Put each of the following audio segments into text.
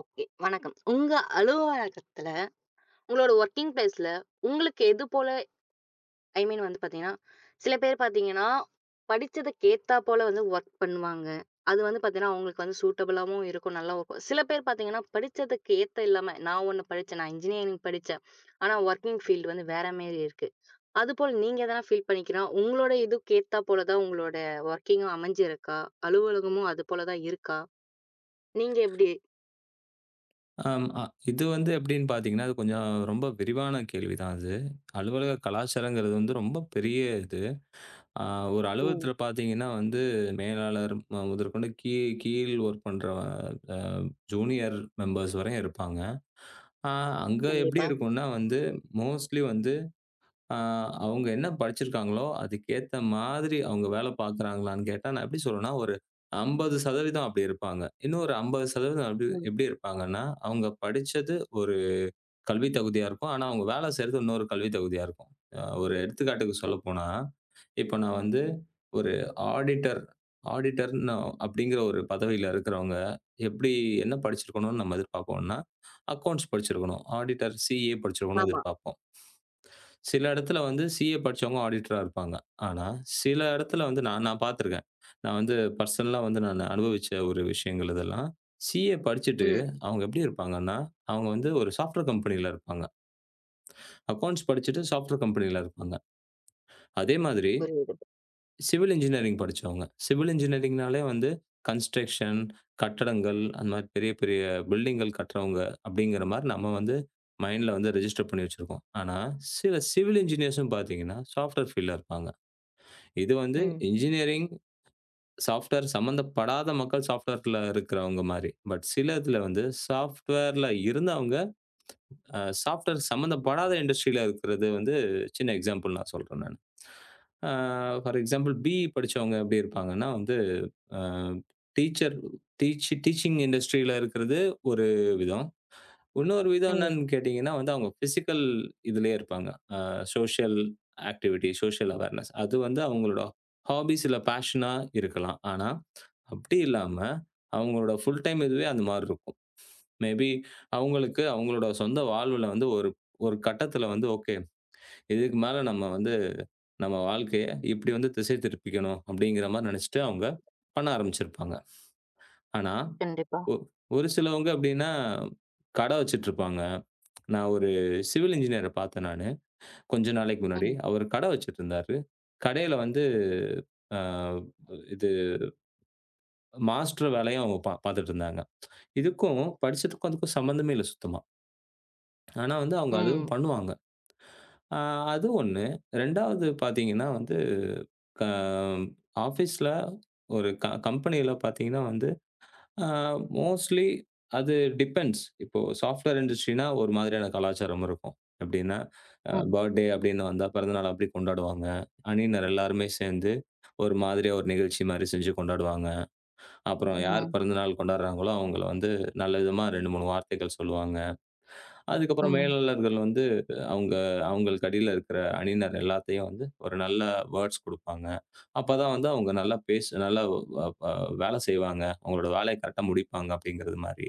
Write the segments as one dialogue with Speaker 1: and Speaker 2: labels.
Speaker 1: Okay. வணக்கம். உங்க அலுவலகத்துல, உங்களோட வொர்க்கிங் பிளேஸ்ல உங்களுக்கு எது போல ஐ மீன் வந்து பாத்தீங்கன்னா, சில பேர் பாத்தீங்கன்னா, படிச்சதுக்கு ஏத்தா போல வந்து வொர்க் பண்ணுவாங்க. அது வந்து பாத்தீங்கன்னா, அவங்களுக்கு வந்து சூட்டபிளாவும் இருக்கும். நல்லா இருக்கும். சில பேர் பாத்தீங்கன்னா, படிச்சதுக்கு ஏத்த இல்லாம, நான் ஒண்ணு படிச்சேன். நான் இன்ஜினியரிங் படிச்சேன். ஆனா வொர்க்கிங் ஃபீல்டு வந்து வேற மாரி இருக்கு. அதுபோல் நீங்க எதனா ஃபீல் பண்ணிக்கிறா, உங்களோட இதுக்கு ஏத்தா போல தான் உங்களோட வொர்க்கிங்கும் அமைஞ்சிருக்கா? அலுவலகமும் அது போல தான் இருக்கா? நீங்க எப்படி?
Speaker 2: ஆம். இது வந்து எப்படின்னு பார்த்தீங்கன்னா, அது கொஞ்சம் ரொம்ப விரிவான கேள்வி தான் அது. அலுவலக கலாச்சாரங்கிறது வந்து ரொம்ப பெரிய இது. அ ஒரு
Speaker 1: ம்.
Speaker 2: அலுவலகத்தில பார்த்தீங்கன்னா வந்து, மேலாளர் முதற்கொண்டு கீழ் ஒர்க் பண்ற அ ஜூனியர் மெம்பர்ஸ் வரையும் இருப்பாங்க. அ அங்க எப்படி
Speaker 1: கண்டிப்பா.
Speaker 2: இருக்கும்னா வந்து, மோஸ்ட்லி வந்து ஆ அவங்க என்ன படிச்சிருக்காங்களோ, அதுக்கேத்த மாதிரி அவங்க வேலை பார்க்குறாங்களான்னு கேட்டா, நான் எப்படி சொல்றேன்னா, ஒரு 50% அப்படி இருப்பாங்க. இன்னும் ஒரு 50% அப்படி
Speaker 1: ம்.
Speaker 2: எப்படி இருப்பாங்கன்னா, அவங்க படிச்சது ஒரு கல்வி தகுதியா இருக்கும். ஆனா, அவங்க வேலை செய்றது இன்னொரு கல்வி தகுதியா இருக்கும். ஒரு எடுத்துக்காட்டுக்கு சொல்லப்போனா, இப்போ நான் வந்து ஒரு ஆடிட்டர் ஆடிட்டர்ன்னு அப்படிங்கிற ஒரு பதவியில இருக்கிறவங்க, எப்படி என்ன படிச்சிருக்கணும்னு நம்ம எதிர்பார்ப்போம்னா, அக்கவுண்ட்ஸ் படிச்சிருக்கணும். ஆடிட்டர், சிஏ படிச்சிருக்கணும்னு
Speaker 1: ஆமா.
Speaker 2: எதிர்பார்ப்போம். சில இடத்துல வந்து சிஏ படிச்சவங்க ஆடிட்டரா இருப்பாங்க. ஆனா, சில இடத்துல
Speaker 1: ம்.
Speaker 2: வந்து நான் நான் பார்த்துருக்கேன். நான் வந்து பர்சனலா வந்து நான் அனுபவிச்ச ஒரு விஷயங்கள் இதெல்லாம். சிஏ படிச்சுட்டு
Speaker 1: ம்.
Speaker 2: அவங்க எப்படி இருப்பாங்கன்னா, அவங்க வந்து ஒரு சாஃப்ட்வேர் கம்பெனில இருப்பாங்க. அக்கவுண்ட்ஸ் படிச்சுட்டு சாஃப்ட்வேர் கம்பெனில இருப்பாங்க. அதே மாதிரி
Speaker 1: புரியுது.
Speaker 2: சிவில் இன்ஜினியரிங் படிச்சவங்க. சிவில் இன்ஜினியரிங்னாலே வந்து கன்ஸ்ட்ரக்ஷன், கட்டடங்கள் அந்த மாரி பெரிய, பெரிய பில்டிங்கள் கட்டுறவங்க அப்படிங்கிற மாரி நம்ம வந்து மைண்ட்ல வந்து ரெஜிஸ்டர் பண்ணி வச்சிருக்கோம். ஆனா, சில சிவில் இன்ஜினியர்ஸும் பார்த்தீங்கன்னா, சாஃப்ட்வேர் ஃபீல்ட்ல இருப்பாங்க. இது வந்து
Speaker 1: ம்.
Speaker 2: இன்ஜினியரிங், சாஃப்ட்வேர் சம்மந்தப்படாத மக்கள் சாஃப்ட்வேர்ல இருக்கிறவங்க மாரி. பட் சில இதுல வந்து சாஃப்ட்வேர்ல இருந்தவங்க, சாஃப்ட்வேர் சம்மந்தப்படாத இண்டஸ்ட்ரியில இருக்கிறது வந்து சின்ன எக்ஸாம்பிள் நான் சொல்றேன் நானு. அ ஃபார் எக்ஸாம்பிள் பிஇ படிச்சவங்க எப்படி இருப்பாங்கன்னா வந்து, அ டீச்சர் டீச்சிங் இண்டஸ்ட்ரியில இருக்கிறது ஒரு விதம். இன்னொரு விதம்
Speaker 1: ம்.
Speaker 2: என்னன்னு கேட்டீங்கன்னா வந்து, அவங்க பிசிக்கல் இதுலயே இருப்பாங்க. அ சோசியல் ஆக்டிவிட்டி, சோசியல் அவேர்னஸ் அது வந்து அவங்களோட ஹாபீஸ் இல்ல பேஷனா இருக்கலாம். ஆனா, அப்படி இல்லாம அவங்களோட ஃபுல் டைம் இதுவே அந்த மாரி இருக்கும். மேபி அவங்களுக்கு அவங்களோட சொந்த வாழ்வுல வந்து ஒரு ஒரு கட்டத்துல வந்து ஓகே. இதுக்கு மேல நம்ம வந்து நம்ம வாழ்க்கைய இப்படி வந்து திசை திருப்பிக்கணும் அப்படிங்கிற மாரி நெனைச்சுட்டு அவங்க பண்ண ஆரம்பிச்சிருப்பாங்க. ஆனா
Speaker 1: கண்டிப்பா.
Speaker 2: ஒ ஒரு சிலவங்க அப்டின்னா, கடை வச்சுட்ருப்பாங்க. நான் ஒரு சிவில் இன்ஜினியர பார்த்தேன் நானு. கொஞ்ச நாளைக்கு முன்னாடி.
Speaker 1: ம்.
Speaker 2: அவரு கடை வச்சுட்ருந்தாரு. கடையில வந்து அ இது மாஸ்டர் வேலையும் அவங்க பார்த்துட்ருந்தாங்க. இதுக்கும் படிச்சதுக்கும் அதுக்கும் சம்மந்தமே இல்ல சுத்தமா. ஆனா வந்து அவங்க அதுவும்
Speaker 1: ம்.
Speaker 2: பண்ணுவாங்க. அ அது ஒண்ணு. 2வது பார்த்தீங்கன்னா வந்து, க ஆஃபீஸ்ல ஒரு கம்பெனியில பார்த்தீங்கன்னா வந்து ஆ மோஸ்ட்லி அது டிபெண்ட்ஸ். இப்போ சாஃப்ட்வேர் இண்டஸ்ட்ரினா ஒரு மாதிரியான கலாச்சாரம் இருக்கும். எப்படின்னா,
Speaker 1: ம்.
Speaker 2: பர்த்டே அப்படின்னு வந்தா பிறந்தநாள் அப்படி கொண்டாடுவாங்க. அணியினர் எல்லாருமே சேர்ந்து ஒரு மாதிரியா ஒரு நிகழ்ச்சி மாரி செஞ்சு கொண்டாடுவாங்க. அப்புறம் யார்
Speaker 1: ம்.
Speaker 2: பிறந்தநாள் கொண்டாடுறாங்களோ அவங்கள வந்து நல்ல விதமா 2, 3 வார்த்தைகள் சொல்லுவாங்க. அதுக்கப்புறம்
Speaker 1: ம்.
Speaker 2: மேலாளர்கள் வந்து அவங்க அவங்களுக்கு அடியில இருக்கிற அணியினர் எல்லாத்தையும் வந்து ஒரு நல்ல வேர்ட்ஸ் குடுப்பாங்க. அப்பதான் வந்து அவங்க நல்லா அ அ வேலை செய்வாங்க. அவங்களோட வேலைய கரெக்ட்டா முடிப்பாங்க அப்படிங்கிறது மாரி.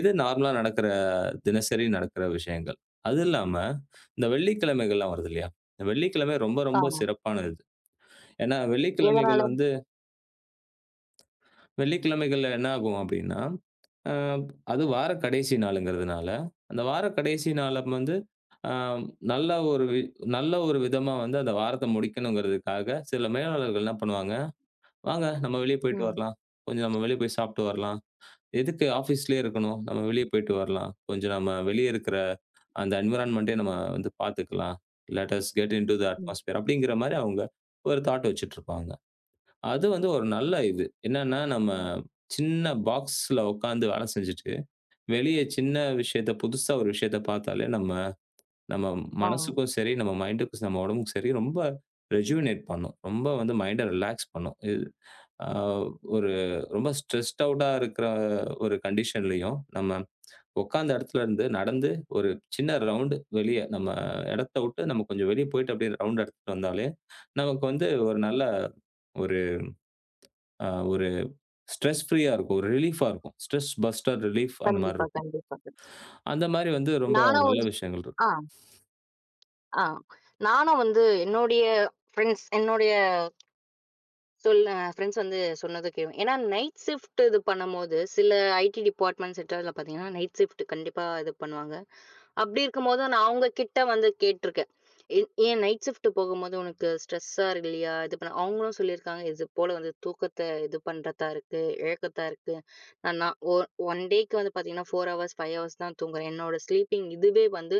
Speaker 2: இது நார்மலா நடக்கிற தினசரி நடக்கிற விஷயங்கள். அது இல்லாம இந்த வெள்ளிக்கிழமைகள்லாம் வருது இல்லையா? இந்த வெள்ளிக்கிழமை ரொம்ப ரொம்ப
Speaker 1: ஆமா.
Speaker 2: சிறப்பானது. ஏன்னா வெள்ளிக்கிழமைகள்
Speaker 1: எதனால?
Speaker 2: வந்து வெள்ளிக்கிழமைகள்ல என்ன ஆகும் அப்டின்னா, அ அது வார கடைசி நாளுங்கிறதுனால, அந்த வார கடைசி நாள வந்து அ நல்ல ஒரு வி நல்ல ஒரு விதமா வந்து அந்த வாரத்த முடிக்கணுங்கிறதுக்காக, சில மேலாளர்கள் என்ன பண்ணுவாங்க, "வாங்க நம்ம வெளிய போயிட்டு
Speaker 1: ம்.
Speaker 2: வரலாம். கொஞ்சம் நம்ம வெளிய போய் சாப்ட்டு வரலாம். எதுக்கு ஆஃபீஸ்லயே இருக்கணும்? நம்ம வெளிய போயிட்டு வரலாம். கொஞ்சம் நம்ம வெளிய இருக்கிற அந்த என்விரான்மென்ட்டே நம்ம வந்து பாத்துக்கலாம். Let us get into the
Speaker 1: hmm.
Speaker 2: Atmosphere" அப்டிங்கிற மாரி அவங்க ஒரு தாட் வச்சுட்ருப்பாங்க. அது வந்து ஒரு நல்ல இது. என்னன்னா, நம்ம சின்ன பாக்ஸ்ல உட்காந்து வேலை செஞ்சுட்டு, வெளிய சின்ன விஷயத்த புதுசா ஒரு விஷயத்த பார்த்தாலே நம்ம நம்ம
Speaker 1: ஆ.
Speaker 2: மனசுக்கும் சரி, நம்ம மைண்டுக்கும் நம்ம உடம்புக்கும் சரி, ரொம்ப ரெஜுவினேட் பண்ணும். ரொம்ப வந்து மைண்ட ரிலாக்ஸ் பண்ணும். இது அ ஒரு ரொம்ப ஸ்ட்ரெஸ்ட் அவுட்டா இருக்கிற ஒரு கண்டிஷன்லயும், நம்ம உட்காந்த இடத்துல இருந்து நடந்து ஒரு சின்ன ரவுண்டு வெளிய நம்ம இடத்த விட்டு நம்ம கொஞ்சம் வெளிய போயிட்டு அப்படியே ரவுண்ட் அடிச்சுட்டு வந்தாலே, நமக்கு வந்து ஒரு நல்ல ஒரு அ ஒரு ஸ்ட்ரெஸ் ஃப்ரீயா இருக்கும். ஒரு ரிலீஃபா இருக்கும். ஸ்ட்ரெஸ் பஸ்டர் ரிலீஃப் அந்த மாரி
Speaker 1: கண்டிப்பா,
Speaker 2: இருக்கும்.
Speaker 1: கண்டிப்பா.
Speaker 2: அந்த மாரி வந்து ரொம்ப
Speaker 1: நானும்
Speaker 2: நல்ல
Speaker 1: வந்து
Speaker 2: விஷயங்கள் இருக்கும்.
Speaker 1: ஆ, ஆ. நானும் வந்து என்னுடைய ஃப்ரெண்ட்ஸ் என்னுடைய சொல் அ ஃப்ரெண்ட்ஸ் வந்து சொன்னது கே ஏன்னா நைட் ஷிஃப்ட் இது பண்ணும்போது, சில ஐடி டிபார்ட்மென்ட்ஸ் செக்டார்ல பார்த்தீங்கன்னா, நைட் ஷிஃப்ட் கண்டிப்பா இது பண்ணுவாங்க. அப்படி இருக்கும்போது நான் அவங்ககிட்ட வந்து கேட்டுருக்கேன். "ஏன் ஏன் நைட் ஷிஃப்ட் போகும்போது உனக்கு ஸ்ட்ரெஸ்ஸா இல்லையா?" இது பண்ண அவங்களும் சொல்லியிருக்காங்க, "இது போல வந்து தூக்கத்த இது பண்றதா இருக்கு, இழக்கத்தா இருக்கு. நான் நான் ஒ 1 டேக்கு வந்து பார்த்தீங்கன்னா, 4 ஹவர்ஸ், 5 ஹவர்ஸ் தான் தூங்குறேன். என்னோட ஸ்லீப்பிங் இதுவே வந்து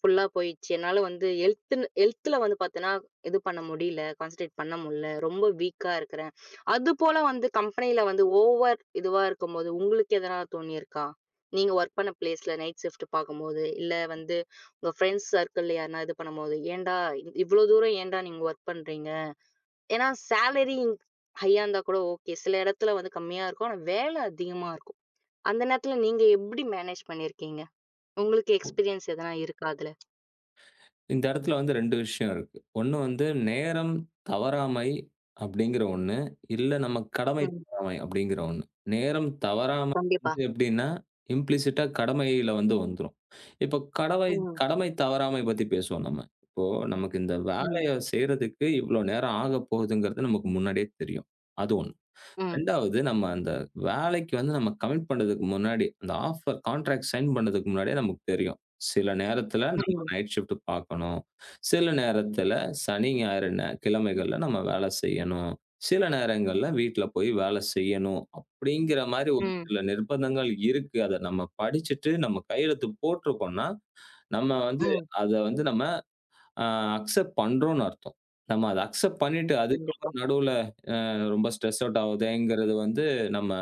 Speaker 1: ஃபுல்லா போயிடுச்சு. என்னால வந்து ஹெல்த்துன்னு ஹெல்த்துல வந்து பார்த்தேன்னா, இது பண்ண முடியல. கான்சன்ட்ரேட் பண்ண முடியல. ரொம்ப வீக்கா இருக்கிறேன். அதுபோல வந்து கம்பெனியில வந்து ஓவர் இதுவா இருக்கும்போது, உங்களுக்கு எதனா தோணியிருக்கா? நீங்க ஒர்க் பண்ண பிளேஸ்ல நைட் ஷிஃப்ட் பார்க்கும்போது, இல்ல வந்து உங்க ஃப்ரெண்ட்ஸ் சர்க்கிள்ல யாருனா இது பண்ணும்போது, "ஏன்டா இவ்ளோ தூரம் ஏன்டா நீங்க ஒர்க் பண்றீங்க?" ஏன்னா சேலரி ஹையா இருந்தா கூட ஓகே. சில இடத்துல வந்து கம்மியா இருக்கும். ஆனா வேலை அதிகமா இருக்கும். அந்த நேரத்துல நீங்க எப்படி மேனேஜ் பண்ணியிருக்கீங்க? உங்களுக்கு எக்ஸ்பீரியன்ஸ் எதனா இருக்கா அதுல?
Speaker 2: இந்த இடத்துல வந்து 2 விஷயம் இருக்கு. ஒண்ணு வந்து நேரம் தவறாமை அப்படிங்கிற ஒண்ணு. இல்ல நம்ம கடமை
Speaker 1: ம்.
Speaker 2: தவறாமை அப்படிங்கிற ஒண்ணு. நேரம் தவறாமை
Speaker 1: கண்டிப்பா.
Speaker 2: வந்து எப்படின்னா, இம்ப்ளிசிட்டா கடமையில வந்து வந்துரும். இப்போ
Speaker 1: ம்.
Speaker 2: கடமை தவறாமை பத்தி பேசுவோம் நம்ம. இப்போ நமக்கு இந்த
Speaker 1: ம்.
Speaker 2: வேலைய செய்றதுக்கு இவ்வளோ நேரம் ஆகப்போகுதுங்கிறது நமக்கு முன்னாடியே தெரியும். அது ஒண்ணு.
Speaker 1: ம்.
Speaker 2: 2வது நம்ம அந்த வேலைக்கு வந்து நம்ம கமிட் பண்றதுக்கு முன்னாடி, அந்த ஆஃபர் கான்ட்ராக்ட் சைன் பண்றதுக்கு முன்னாடியே நமக்கு தெரியும். சில நேரத்துல ம். நம்ம
Speaker 1: ம்.
Speaker 2: நைட் ஷிஃப்ட் பார்க்கணும். சில நேரத்துல சனி, ஞாயிறு நே கிழமைகள்ல நம்ம வேலை செய்யணும். சில நேரங்கள்ல வீட்ல போய் வேலை செய்யணும். அப்படிங்கிற மாரி ஒரு
Speaker 1: ம்.
Speaker 2: சில நிர்பந்தங்கள் இருக்கு. அத நம்ம படிச்சுட்டு நம்ம கையெழுத்து போட்ருக்கோம்னா, நம்ம வந்து
Speaker 1: ம்.
Speaker 2: அத வந்து நம்ம அ அக்செப்ட் பண்றோம்னு அர்த்தம். நம்ம அத அக்செப்ட் பண்ணிட்டு
Speaker 1: கண்டிப்பா.
Speaker 2: அதுக்கப்புறம் நடுவுல ரொம்ப ஸ்ட்ரெஸ் அவுட் ஆவுதேங்கிறது வந்து நம்ம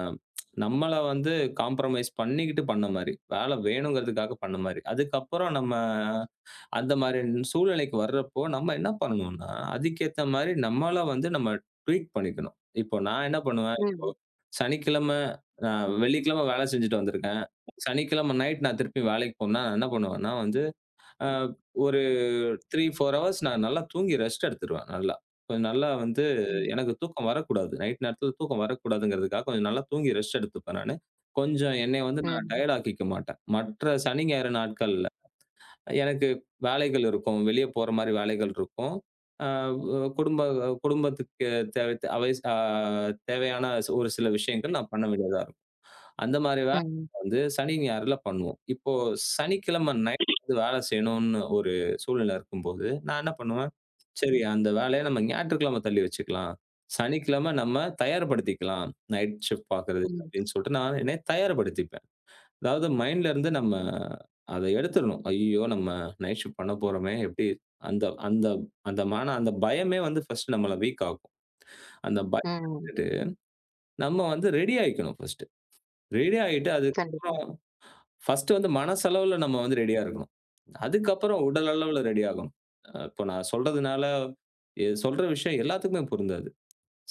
Speaker 2: நம்மள வந்து காம்ப்ரமைஸ் பண்ணிக்கிட்டு பண்ண மாரி. வேலை வேணுங்கிறதுக்காக பண்ண மாரி. அதுக்கப்புறம் நம்ம அந்த மாரி சூழ்நிலைக்கு வர்றப்போ, நம்ம என்ன பண்ணணும்னா, அதுக்கேத்த மாரி நம்மள வந்து நம்ம ட்வீக் பண்ணிக்கணும். இப்போ நான் என்ன பண்ணுவேன்,
Speaker 1: ம்.
Speaker 2: சனிக்கிழமை அ வெள்ளிக்கிழமை வேலை செஞ்சுட்டு வந்திருக்கேன். சனிக்கிழமை நைட் நான் திருப்பி வேலைக்கு போணும்னா, நான் என்ன பண்ணுவேன்னா வந்து, அ ஒரு ஒரு 3, 4 ஹவர்ஸ் நான் நல்லா தூங்கி ரெஸ்ட் எடுத்துருவேன் நல்லா. கொஞ்சம் நல்லா வந்து
Speaker 1: ம்.
Speaker 2: எனக்கு தூக்கம் வரக்கூடாது. நைட் நேரத்தில தூக்கம் வரக்கூடாதுங்கிறதுக்காக கொஞ்சம் நல்லா தூங்கி ரெஸ்ட் எடுத்துப்பேன் நானு. கொஞ்சம் என்னைய வந்து நான்
Speaker 1: ம்.
Speaker 2: டயர்ட் ஆக்கிக்க மாட்டேன். மற்ற சனி, ஞாயிறு நாட்கள்ல எனக்கு வேலைகள் இருக்கும். வெளிய போற மாரி வேலைகள் இருக்கும். அ குடும்ப குடும்பத்துக்கு தேவை அவ அ தேவையான ஒரு சில விஷயங்கள் நான் பண்ண வேண்டியதா அந்த மாரி வேலை
Speaker 1: ம்.
Speaker 2: வந்து சனி, ஞாயிறுல பண்ணுவோம். இப்போ சனிக்கிழமை நைட் வந்து வேலை செய்யணும்னு ஒரு சூழ்நிலை இருக்கும்போது, நான் என்ன பண்ணுவேன், சரி அந்த வேலைய நம்ம ஞாயிற்றுக்கிழமை தள்ளி வச்சுக்கலாம். சனிக்கிழமை நம்ம தயார்படுத்திக்கலாம். நைட் ஷிஃப்ட் பார்க்குறதுக்கு
Speaker 1: ம்.
Speaker 2: அப்படின்னு சொல்லிட்டு நான் என்னை தயார்படுத்திப்பேன். அதாவது மைண்ட்ல இருந்து நம்ம அத எடுத்துறணும். ஐய்யயோ! நம்ம நைட் ஷிஃப்ட் பண்ண போறோமே எப்படி அந்த அந்த அந்த மான அந்த பயமே வந்து ஃபர்ஸ்ட் நம்மள வீக் ஆக்கும். அந்த பயத்த
Speaker 1: ம்.
Speaker 2: விட்டுட்டு நம்ம வந்து ரெடி ஆயிக்கணும் ஃபர்ஸ்ட். ரெடி ஆயிட்டு
Speaker 1: கண்டிப்பா.
Speaker 2: அதுக்கப்புறம் ஃபர்ஸ்ட்டு வந்து மனசளவுல நம்ம வந்து ரெடியா இருக்கணும். அதுக்கப்புறம் உடல் அளவுல ரெடி ஆகணும். இப்போ நான் சொல்றதுனால சொல்ற விஷயம் எல்லாத்துக்குமே பொருந்தாது.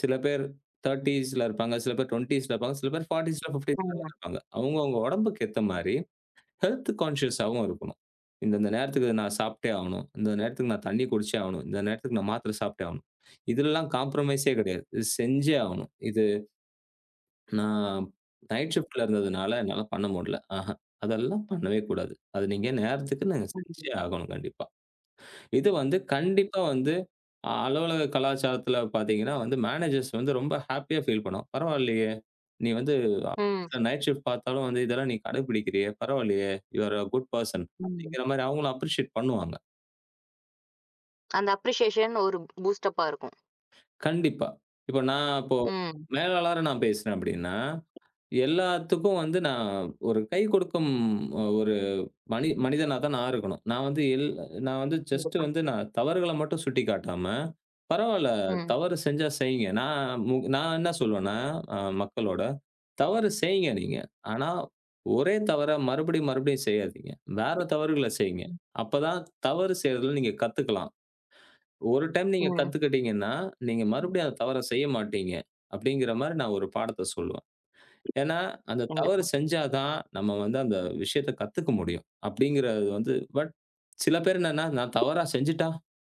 Speaker 2: சில பேர் 30ஸ்ல இருப்பாங்க, சில பேர் 20ஸ்ல இருப்பாங்க, சில பேர் 40ஸ்ல, 50ஸ்லலாம்
Speaker 1: ஆமா.
Speaker 2: இருப்பாங்க. அவங்கவங்க உடம்புக்கு ஏத்த மாரி ஹெல்த் கான்ஷியஸாவும் இருக்கணும். இந்தந்த நேரத்துக்கு நான் சாப்பிட்டே ஆகணும். இந்த நேரத்துக்கு நான் தண்ணி குடிச்சே ஆகணும். இந்த நேரத்துக்கு நான் மாத்திரை சாப்பிட்டே ஆகணும். இதுலலாம் காம்ப்ரமைஸே கிடையாது. இது செஞ்சே ஆகணும். நான் நைட் ஷிஃப்ட்ல இருந்ததுனால என்னால பண்ண முடியல. ஆஹ. அதெல்லாம் பண்ணவே கூடாது. அது நீங்க நேரத்துக்கு ம். நீங்க
Speaker 1: ம்.
Speaker 2: செஞ்சே ஆகணும் கண்டிப்பா. இது வந்து கண்டிப்பா வந்து அலுவலக கலாச்சாரத்துல பார்த்தீங்கன்னா வந்து மேனேஜர்ஸ் வந்து ரொம்ப ஹேப்பியா ஃபீல் பண்ணுவாங்க. பரவாயில்லையே! நீ வந்து
Speaker 1: ம்.
Speaker 2: ஆஃபீஸ்ல நைட் ஷிஃப்ட் பார்த்தாலும் வந்து இதெல்லாம் நீ கடைபிடிக்கிறியே! பரவாயில்லையே! You are a good person
Speaker 1: ம்.
Speaker 2: அப்படிங்கிற மாரி அவங்களும் அப்ரிஷியேட் பண்ணுவாங்க.
Speaker 1: அந்த அப்ரிசியேஷன் ஒரு பூஸ்டப்பா இருக்கும்.
Speaker 2: கண்டிப்பா. இப்போ
Speaker 1: ம்.
Speaker 2: மேலாளரா நான் பேசுறேன் அப்படின்னா, எல்லாத்துக்கும் வந்து நான் ஒரு கை கொடுக்கும் ஒரு மனிதனா தான் நான் இருக்கணும். நான் வந்து ஜஸ்ட்
Speaker 1: கண்டிப்பா.
Speaker 2: வந்து நான் தவறுகள மட்டும் சுட்டிக்காட்டாம, பரவால்ல
Speaker 1: ம்.
Speaker 2: தவறு செஞ்சா செய்யுங்க. நான் என்ன சொல்லுவேன்னா, மக்களோட, தவறு செய்யுங்க நீங்க. ஆனா, ஒரே தவற மறுபடியும், மறுபடியும் செய்யாதீங்க. வேற தவறுகள செய்யுங்க.
Speaker 1: ம்.
Speaker 2: அப்பதான் தவறு செய்றதுல நீங்க கத்துக்கலாம். ஒரு டைம் நீங்க
Speaker 1: ம்.
Speaker 2: கத்துக்கிட்டீங்கன்னா, நீங்க மறுபடியும் அந்த தவற செய்ய மாட்டீங்க. அப்படிங்கிற மாரி நான் ஒரு பாடத்த சொல்லுவேன். ஏன்னா, அந்த தவறு
Speaker 1: கண்டிப்பா.
Speaker 2: செஞ்சா தான் நம்ம வந்து அந்த விஷயத்த கத்துக்க முடியும். அப்படிங்கிறது வந்து பட் சில பேர் என்னன்னா, நான் தவறா செஞ்சுட்டா,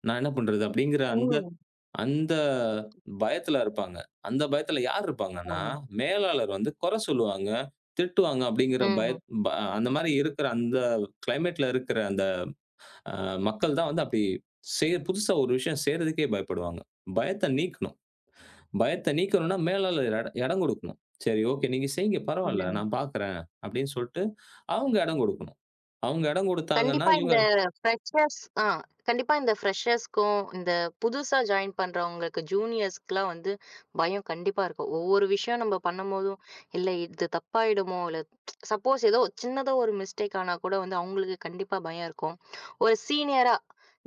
Speaker 2: நான் என்ன பண்றது? அப்படிங்கிற அந்த
Speaker 1: ம்.
Speaker 2: அந்த பயத்துல இருப்பாங்க. அந்த பயத்துல யார் இருப்பாங்கன்னா,
Speaker 1: ஆமா.
Speaker 2: மேலாளர் வந்து குறை சொல்லுவாங்க, திட்டுவாங்க அப்படிங்கிற பய
Speaker 1: ம்.
Speaker 2: ப அந்த மாரி இருக்கிற அந்த கிளைமேட்ல இருக்கிற அந்த மக்கள் தான் வந்து அப்படி புதுசா ஒரு விஷயம் செய்றதுக்கே பயப்படுவாங்க. பயத்த நீக்கணும். பயத்த நீக்கணும்னா மேலாளர் எடம் குடுக்கணும். "சரி, ஓகே. நீங்க செய்யுங்க. பரவால்ல.
Speaker 1: ம்.
Speaker 2: நான் பாக்குறேன்." அப்படின்னு சொல்ட்டு, அவங்க எடம் குடுக்கணும். அவங்க எடம் குடுத்தாங்கன்னா,
Speaker 1: கண்டிப்பா
Speaker 2: இவங்க
Speaker 1: இந்த ஃப்ரெஷர்ஸ் ஆ கண்டிப்பா இந்த ஃப்ரெஷர்ஸ்க்கும், இந்த புதுசா ஜாயின் பண்றவங்களுக்கு, ஜூனியர்ஸ்க்குலாம் வந்து பயம் கண்டிப்பா இருக்கும். ஒவ்வொரு விஷயம் நம்ம பண்ணும்போதும், "இல்ல இது தப்பாயிடுமோ?" இல்ல சப்போஸ் ஏதோ சின்னதா ஒரு மிஸ்டேக் ஆனா கூட வந்து அவங்களுக்கு கண்டிப்பா பயம் இருக்கும். ஒரு சீனியரா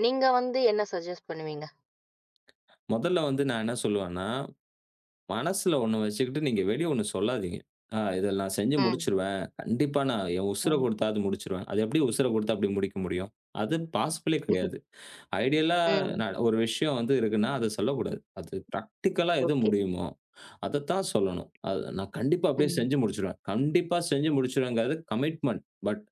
Speaker 1: நீங்க வந்து என்ன சஜெஸ்ட் பண்ணுவீங்க?
Speaker 2: மொதல்ல வந்து நான் என்ன சொல்லுவேன்னா, மனசுல ஒண்ணு வச்சுக்கிட்டு நீங்க வெளிய ஒண்ணு சொல்லாதீங்க. "ஆ இத நான் செஞ்சு
Speaker 1: ம்.
Speaker 2: முடிச்சுருவேன். கண்டிப்பா நான் என் உசுர
Speaker 1: ம்.
Speaker 2: குடுத்தாவது முடிச்சுருவேன்." அது எப்படி உசுர குடுத்து அப்படி முடிக்க முடியும்? அது பாசிபிளே கிடையாது. ஐடியலா
Speaker 1: ம்.
Speaker 2: நான் ஒரு விஷயம் வந்து இருக்குன்னா, அத சொல்லக்கூடாது. அது பிராக்டிகலா எது
Speaker 1: ஓகே.
Speaker 2: முடியுமோ, அதத்தான் சொல்லணும். அது நான் கண்டிப்பா அப்படியே
Speaker 1: ம்.
Speaker 2: செஞ்சு முடிச்சுருவேன். கண்டிப்பா செஞ்சு முடிச்சுருவேங்கிறது கமிட்மெண்ட். பட்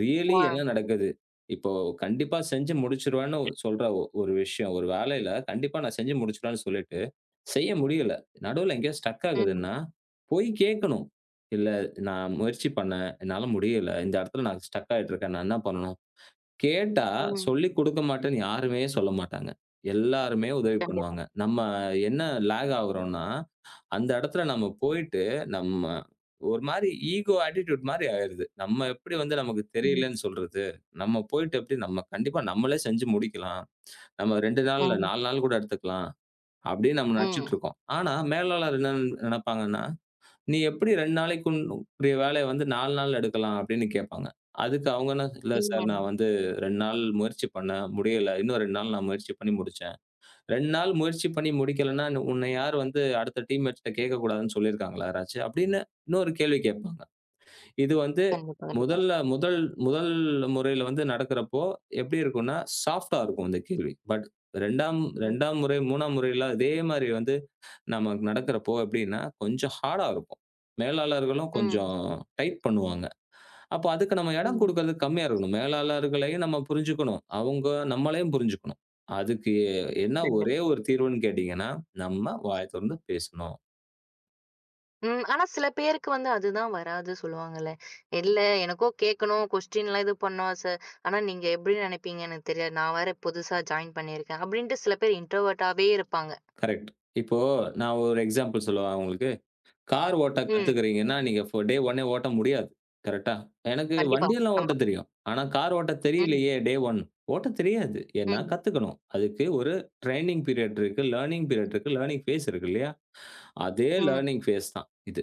Speaker 2: ரியலி
Speaker 1: ஆ.
Speaker 2: என்ன நடக்குது? இப்போ கண்டிப்பா செஞ்சு முடிச்சுருவேன்னு சொல்ற ஒரு விஷயம், ஒரு வேலையில கண்டிப்பா நான் செஞ்சு முடிச்சுருவேன்னு சொல்லிட்டு, செய்ய முடியல. நடுவுல எங்கேயோ ஸ்டக்
Speaker 1: ம்.
Speaker 2: ஆகுதுன்னா, போய் கேட்கணும். "இல்ல நான் முயற்சி பண்ணேன். என்னால முடியல. இந்த இடத்துல நான் ஸ்டக் ஆயிட்டு இருக்கேன். நான் என்ன பண்ணணும்?" கேட்டா,
Speaker 1: ம்.
Speaker 2: சொல்லிக் குடுக்க மாட்டேன்னு யாருமே சொல்ல மாட்டாங்க. எல்லாருமே உதவி
Speaker 1: கண்டிப்பா.
Speaker 2: பண்ணுவாங்க. நம்ம என்ன லேக் ஆகுறோம்னா, அந்த இடத்துல நம்ம போயிட்டு, நம்ம ஒரு மாரி ஈகோ ஆட்டிட்யூட் மாரி ஆயிருது. நம்ம எப்படி வந்து நமக்கு
Speaker 1: ம்.
Speaker 2: தெரியலன்னு சொல்றது? நம்ம போயிட்டு எப்படி நம்ம கண்டிப்பா நம்மளே செஞ்சு முடிக்கலாம். நம்ம 2 நாள் இல்ல
Speaker 1: ம்.
Speaker 2: 4 நாள் கூட எடுத்துக்கலாம். அப்படின்னு நம்ம
Speaker 1: ம்.
Speaker 2: நெனச்சுட்டு இருக்கோம். ஆனா மேலாளர் என்ன நெனைப்பாங்கன்னா, நீ எப்படி 2 நாளைக்கு உன்னுடைய வேலைய வந்து 4 நாள்ல எடுக்கலாம் அப்படின்னு கேட்பாங்க. அதுக்கு அவங்க என்ன இல்ல சார் நான்
Speaker 1: ம்.
Speaker 2: வந்து 2 நாள் முயற்சி பண்ணேன். முடியல. இன்னும் 2 நாள் நான் முயற்சி பண்ணி முடிச்சேன். 2 நாள் முயற்சி பண்ணி முடிக்கலன்னா, உன்னை யார் வந்து அடுத்த டீம்மேட்ஸ் கிட்ட கேட்கக்கூடாதுன்னு சொல்லியிருக்காங்களா ராஜு? அப்படின்னு இன்னொரு கேள்வி கேட்பாங்க. இது வந்து
Speaker 1: கண்டிப்பா, கண்டிப்பா.
Speaker 2: முதல்ல முதல் முதல் முறையில வந்து நடக்கிறப்போ எப்படி இருக்கும்னா, சாஃப்ட்டா இருக்கும் இந்த கேள்வி. பட் 2ஆம்
Speaker 1: ம்.
Speaker 2: 2ஆம் முறை, 3ஆம் முறையில அதே மாரி வந்து நமக்கு நடக்கிறப்போ எப்படின்னா, கொஞ்சம் ஹார்டா இருக்கும். மேலாளர்களும்
Speaker 1: ம்.
Speaker 2: கொஞ்சம் டைட் பண்ணுவாங்க. அப்போ அதுக்கு நம்ம இடம்
Speaker 1: ம்.
Speaker 2: குடுக்கறது கம்மியா இருக்கணும். மேலாளர்களையும் நம்ம புரிஞ்சுக்கணும். அவங்க நம்மளையும் புரிஞ்சுக்கணும். அதுக்கு என்ன ஒரே
Speaker 1: கண்டிப்பா.
Speaker 2: ஒரு தீர்வுன்னு கேட்டீங்கன்னா, நம்ம வாய தொறந்து பேசணும்.
Speaker 1: ம். ஆனா சில பேருக்கு வந்து அதுதான் வராது சொல்லுவாங்கல்ல. இல்ல எனக்கோ கேட்கணும், கொஸ்டின்லாம் இது பண்ணோம். ச ஆனா நீங்க எப்படி நினைப்பீங்கன்னு எனக்கு தெரியாது. நான் வேற புதுசா ஜாயின் பண்ணியிருக்கேன். அப்படின்ட்டு சில பேர் இன்ட்ரோவர்ட்டாவே இருப்பாங்க.
Speaker 2: கரெக்ட். இப்போ நான் ஒரு எக்ஸாம்பிள் சொல்லவா உங்களுக்கு? கார் ஓட்ட
Speaker 1: ம்.
Speaker 2: கத்துக்கிறீங்கன்னா, நீங்க டே 1னே ஓட்ட முடியாது. கரெக்ட்டா? எனக்கு
Speaker 1: கண்டிப்பா.
Speaker 2: வண்டியெல்லாம்
Speaker 1: ஆமா.
Speaker 2: ஓட்டத் தெரியும். ஆனா, கார் ஓட்ட
Speaker 1: ம்.
Speaker 2: தெரியலையே டே 1. ஓட்டத் தெரியாது. ஏன்னா
Speaker 1: ம்.
Speaker 2: கத்துக்கணும். அதுக்கு ஒரு ட்ரெய்னிங் பீரியட் இருக்கு, லர்னிங் பீரியட் இருக்கு, லர்னிங் ஃபேஸ் இருக்கு இல்லையா? அதே
Speaker 1: ம்.
Speaker 2: லர்னிங் ஃபேஸ் தான் இது.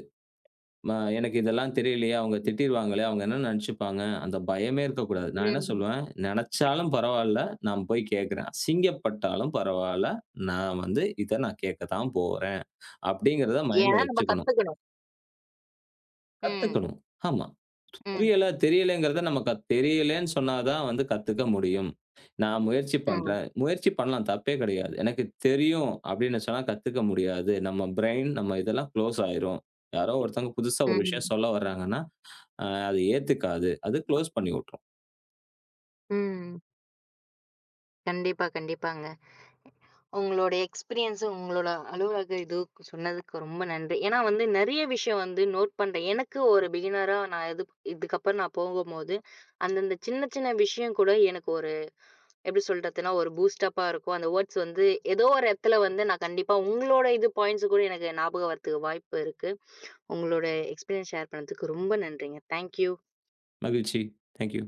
Speaker 2: ம எனக்கு இதெல்லாம் தெரியலையே, அவங்க திட்டிருவாங்களே, அவங்க என்ன நெனச்சுப்பாங்க? அந்த பயமே இருக்கக்கூடாது. நான் என்ன
Speaker 1: ம்.
Speaker 2: சொல்லுவேன், நெனச்சாலும் பரவால்ல, நான் போய் கேட்கிறேன். அசிங்கப்பட்டாலும் பரவால்ல, நான் வந்து இத நான் கேட்க தான் போறேன். அப்படிங்கிறத
Speaker 1: ஏன்னா
Speaker 2: மைண்ட்ல
Speaker 1: நம்ம
Speaker 2: வச்சுக்கணும்.
Speaker 1: கத்துக்கணும். ம்.
Speaker 2: கத்துக்கணும். ஆமா.
Speaker 1: ம்.
Speaker 2: புரியல, தெரியலங்கிறத நம்ம தெரியலன்னு சொன்னா தான் வந்து கத்துக்க முடியும். நான் முயற்சி
Speaker 1: ம்.
Speaker 2: பண்றேன். முயற்சி பண்ணலாம், தப்பே கிடையாது. எனக்கு தெரியும் அப்படின்னு சொன்னா கத்துக்க முடியாது. நம்ம பிரெயின், நம்ம இதெல்லாம் குளோஸ் ஆயிரும். யாரோ ஒருத்தவங்க புதுசா ஒரு விஷயம்
Speaker 1: ம்.
Speaker 2: சொல்ல வர்றாங்கன்னா, அது ஏத்துக்காது. அது குளோஸ் பண்ணி விட்டுரும்.
Speaker 1: ம். கண்டிப்பா, கண்டிப்பாங்க. உங்களோட எக்ஸ்பீரியன்ஸு, உங்களோட அலுவலக இது சொன்னதுக்கு ரொம்ப நன்றி. ஏன்னா வந்து நெறைய விஷயம் வந்து நோட் பண்றேன். எனக்கு ஒரு பிகினரா நான் இது இதுக்கப்புறம் நான் போகும்போது, அந்தந்த சின்ன சின்ன விஷயம் கூட எனக்கு ஒரு எப்படி சொல்றதுன்னா, ஒரு பூஸ்ட் அப்பா இருக்கும். அந்த வேர்ட்ஸ் வந்து ஏதோ ஒரு இடத்துல வந்து நான் கண்டிப்பா உங்களோட இது பாயிண்ட்ஸ் கூட எனக்கு ஞாபகம் வரதுக்கு வாய்ப்பு இருக்கு. உங்களோட எக்ஸ்பீரியன்ஸ் ஷேர் பண்ணதுக்கு ரொம்ப நன்றிங்க. Thank you.
Speaker 2: மகிழ்ச்சி. Thank you.